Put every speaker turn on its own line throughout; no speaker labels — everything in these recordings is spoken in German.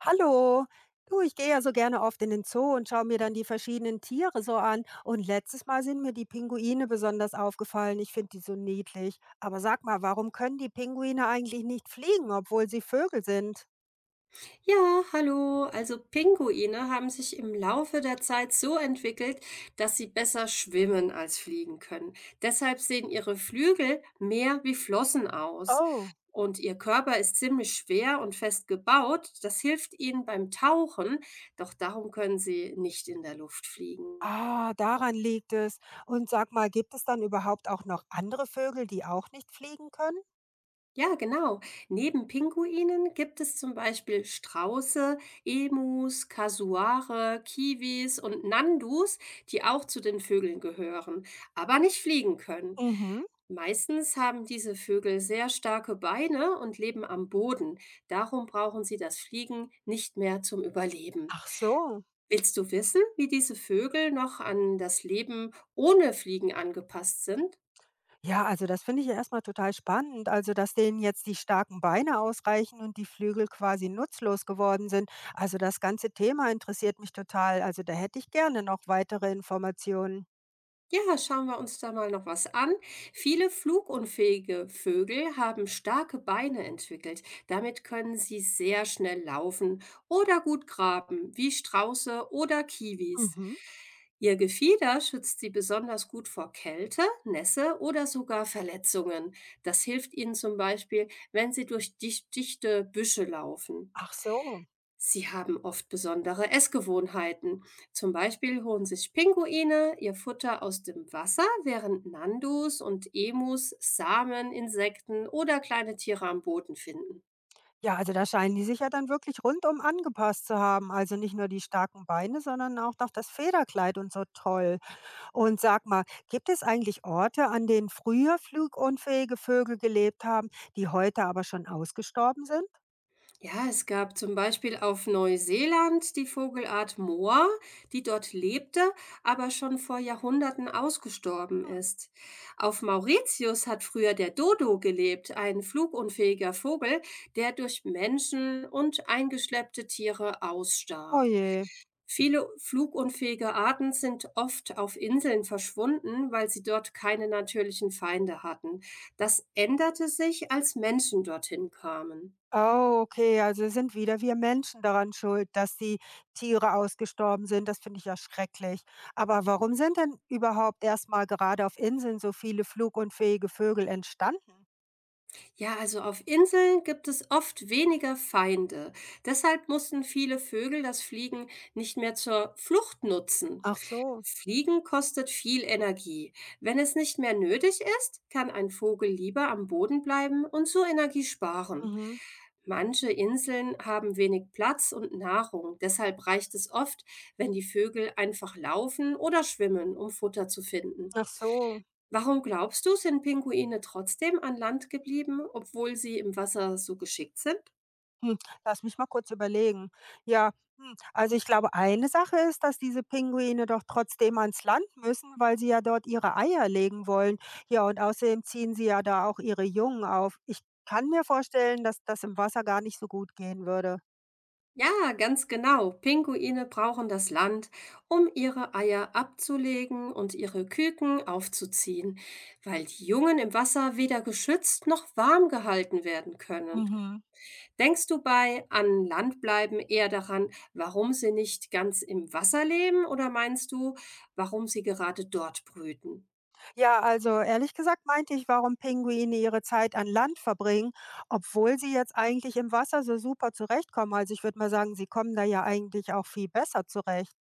Hallo, du, ich gehe ja so gerne oft in den Zoo und schaue mir dann die verschiedenen Tiere so an. Und letztes Mal sind mir die Pinguine besonders aufgefallen. Ich finde die so niedlich. Aber sag mal, warum können die Pinguine eigentlich nicht fliegen, obwohl sie Vögel sind?
Ja, hallo. Also Pinguine haben sich im Laufe der Zeit so entwickelt, dass sie besser schwimmen als fliegen können. Deshalb sehen ihre Flügel mehr wie Flossen aus.
Oh.
Und ihr Körper ist ziemlich schwer und fest gebaut. Das hilft ihnen beim Tauchen, doch darum können sie nicht in der Luft fliegen.
Ah, daran liegt es. Und sag mal, gibt es dann überhaupt auch noch andere Vögel, die auch nicht fliegen können?
Ja, genau. Neben Pinguinen gibt es zum Beispiel Strauße, Emus, Kasuare, Kiwis und Nandus, die auch zu den Vögeln gehören, aber nicht fliegen können.
Mhm.
Meistens haben diese Vögel sehr starke Beine und leben am Boden. Darum brauchen sie das Fliegen nicht mehr zum Überleben.
Ach so.
Willst du wissen, wie diese Vögel noch an das Leben ohne Fliegen angepasst sind?
Ja, also das finde ich ja erst total spannend, also dass denen jetzt die starken Beine ausreichen und die Flügel quasi nutzlos geworden sind. Also das ganze Thema interessiert mich total. Also da hätte ich gerne noch weitere Informationen.
Ja, schauen wir uns da mal noch was an. Viele flugunfähige Vögel haben starke Beine entwickelt. Damit können sie sehr schnell laufen oder gut graben, wie Strauße oder Kiwis.
Mhm.
Ihr Gefieder schützt sie besonders gut vor Kälte, Nässe oder sogar Verletzungen. Das hilft ihnen zum Beispiel, wenn sie durch dichte Büsche laufen.
Ach so.
Sie haben oft besondere Essgewohnheiten. Zum Beispiel holen sich Pinguine ihr Futter aus dem Wasser, während Nandus und Emus Samen, Insekten oder kleine Tiere am Boden finden.
Ja, also da scheinen die sich ja dann wirklich rundum angepasst zu haben. Also nicht nur die starken Beine, sondern auch noch das Federkleid und so toll. Und sag mal, gibt es eigentlich Orte, an denen früher flugunfähige Vögel gelebt haben, die heute aber schon ausgestorben sind?
Ja, es gab zum Beispiel auf Neuseeland die Vogelart Moa, die dort lebte, aber schon vor Jahrhunderten ausgestorben
Hm.
ist. Auf Mauritius hat früher der Dodo gelebt, ein flugunfähiger Vogel, der durch Menschen und eingeschleppte Tiere
Oh
ausstarb.
je.
Viele flugunfähige Arten sind oft auf Inseln verschwunden, weil sie dort keine natürlichen Feinde hatten. Das änderte sich, als Menschen dorthin kamen.
Oh, okay, also sind wieder wir Menschen daran schuld, dass die Tiere ausgestorben sind. Das finde ich ja schrecklich. Aber warum sind denn überhaupt erstmal gerade auf Inseln so viele flugunfähige Vögel entstanden?
Ja, also auf Inseln gibt es oft weniger Feinde. Deshalb mussten viele Vögel das Fliegen nicht mehr zur Flucht nutzen.
Ach so.
Fliegen kostet viel Energie. Wenn es nicht mehr nötig ist, kann ein Vogel lieber am Boden bleiben und so Energie sparen.
Mhm.
Manche Inseln haben wenig Platz und Nahrung. Deshalb reicht es oft, wenn die Vögel einfach laufen oder schwimmen, um Futter zu finden.
Ach so.
Warum glaubst du, sind Pinguine trotzdem an Land geblieben, obwohl sie im Wasser so geschickt sind?
Hm, lass mich mal kurz überlegen. Ja, hm, also ich glaube, eine Sache ist, dass diese Pinguine doch trotzdem ans Land müssen, weil sie ja dort ihre Eier legen wollen. Ja, und außerdem ziehen sie ja da auch ihre Jungen auf. Ich kann mir vorstellen, dass das im Wasser gar nicht so gut gehen würde.
Ja, ganz genau. Pinguine brauchen das Land, um ihre Eier abzulegen und ihre Küken aufzuziehen, weil die Jungen im Wasser weder geschützt noch warm gehalten werden können.
Mhm.
Denkst du bei an Land bleiben eher daran, warum sie nicht ganz im Wasser leben oder meinst du, warum sie gerade dort brüten?
Ja, also ehrlich gesagt meinte ich, warum Pinguine ihre Zeit an Land verbringen, obwohl sie jetzt eigentlich im Wasser so super zurechtkommen. Also ich würde mal sagen, sie kommen da ja eigentlich auch viel besser zurecht.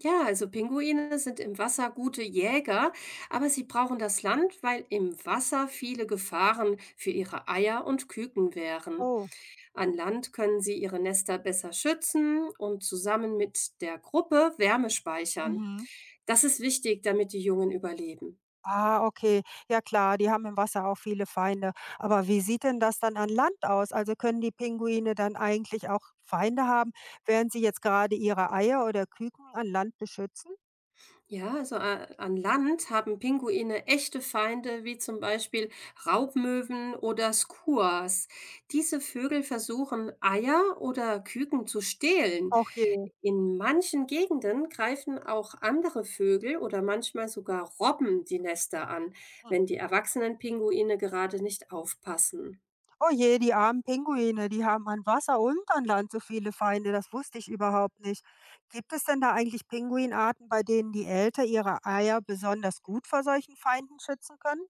Ja, also Pinguine sind im Wasser gute Jäger, aber sie brauchen das Land, weil im Wasser viele Gefahren für ihre Eier und Küken wären.
Oh.
An Land können sie ihre Nester besser schützen und zusammen mit der Gruppe Wärme speichern.
Mhm.
Das ist wichtig, damit die Jungen überleben.
Ah, okay. Ja klar, die haben im Wasser auch viele Feinde. Aber wie sieht denn das dann an Land aus? Also können die Pinguine dann eigentlich auch Feinde haben, während sie jetzt gerade ihre Eier oder Küken an Land beschützen?
Ja, also a an Land haben Pinguine echte Feinde, wie zum Beispiel Raubmöwen oder Skuas. Diese Vögel versuchen, Eier oder Küken zu stehlen.
Och je.
In manchen Gegenden greifen auch andere Vögel oder manchmal sogar Robben die Nester an,
Hm.
wenn die erwachsenen Pinguine gerade nicht aufpassen.
Oh je, die armen Pinguine, die haben an Wasser und an Land so viele Feinde, das wusste ich überhaupt nicht. Gibt es denn da eigentlich Pinguinarten, bei denen die Eltern ihre Eier besonders gut vor solchen Feinden schützen können?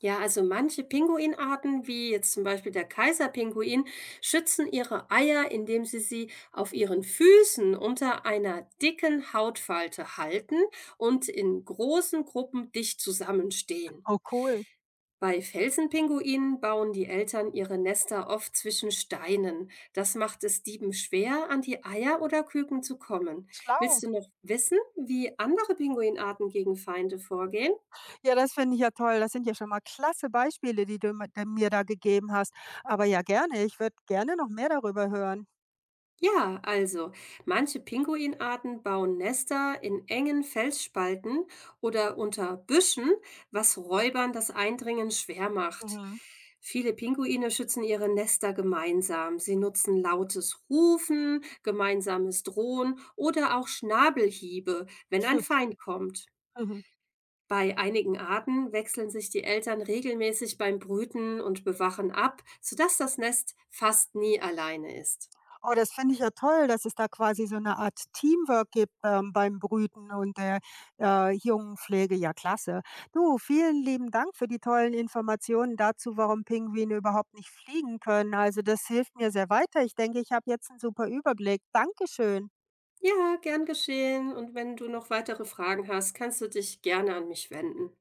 Ja, also manche Pinguinarten, wie jetzt zum Beispiel der Kaiserpinguin, schützen ihre Eier, indem sie sie auf ihren Füßen unter einer dicken Hautfalte halten und in großen Gruppen dicht zusammenstehen.
Oh cool,
Bei Felsenpinguinen bauen die Eltern ihre Nester oft zwischen Steinen. Das macht es Dieben schwer, an die Eier oder Küken zu kommen.
schlau.
Willst du noch wissen, wie andere Pinguinarten gegen Feinde vorgehen?
Ja, das finde ich ja toll. Das sind ja schon mal klasse Beispiele, die du mir da gegeben hast. Aber ja, gerne. Ich würde gerne noch mehr darüber hören.
Ja, also manche Pinguinarten bauen Nester in engen Felsspalten oder unter Büschen, was Räubern das Eindringen schwer macht.
Mhm.
Viele Pinguine schützen ihre Nester gemeinsam. Sie nutzen lautes Rufen, gemeinsames Drohen oder auch Schnabelhiebe, wenn ein Feind kommt.
Mhm.
Bei einigen Arten wechseln sich die Eltern regelmäßig beim Brüten und Bewachen ab, sodass das Nest fast nie alleine ist.
Oh, das finde ich ja toll, dass es da quasi so eine Art Teamwork gibt beim Brüten und der Jungenpflege. Ja, klasse. Du, vielen lieben Dank für die tollen Informationen dazu, warum Pinguine überhaupt nicht fliegen können. Also das hilft mir sehr weiter. Ich denke, ich habe jetzt einen super Überblick. Dankeschön.
Ja, gern geschehen. Und wenn du noch weitere Fragen hast, kannst du dich gerne an mich wenden.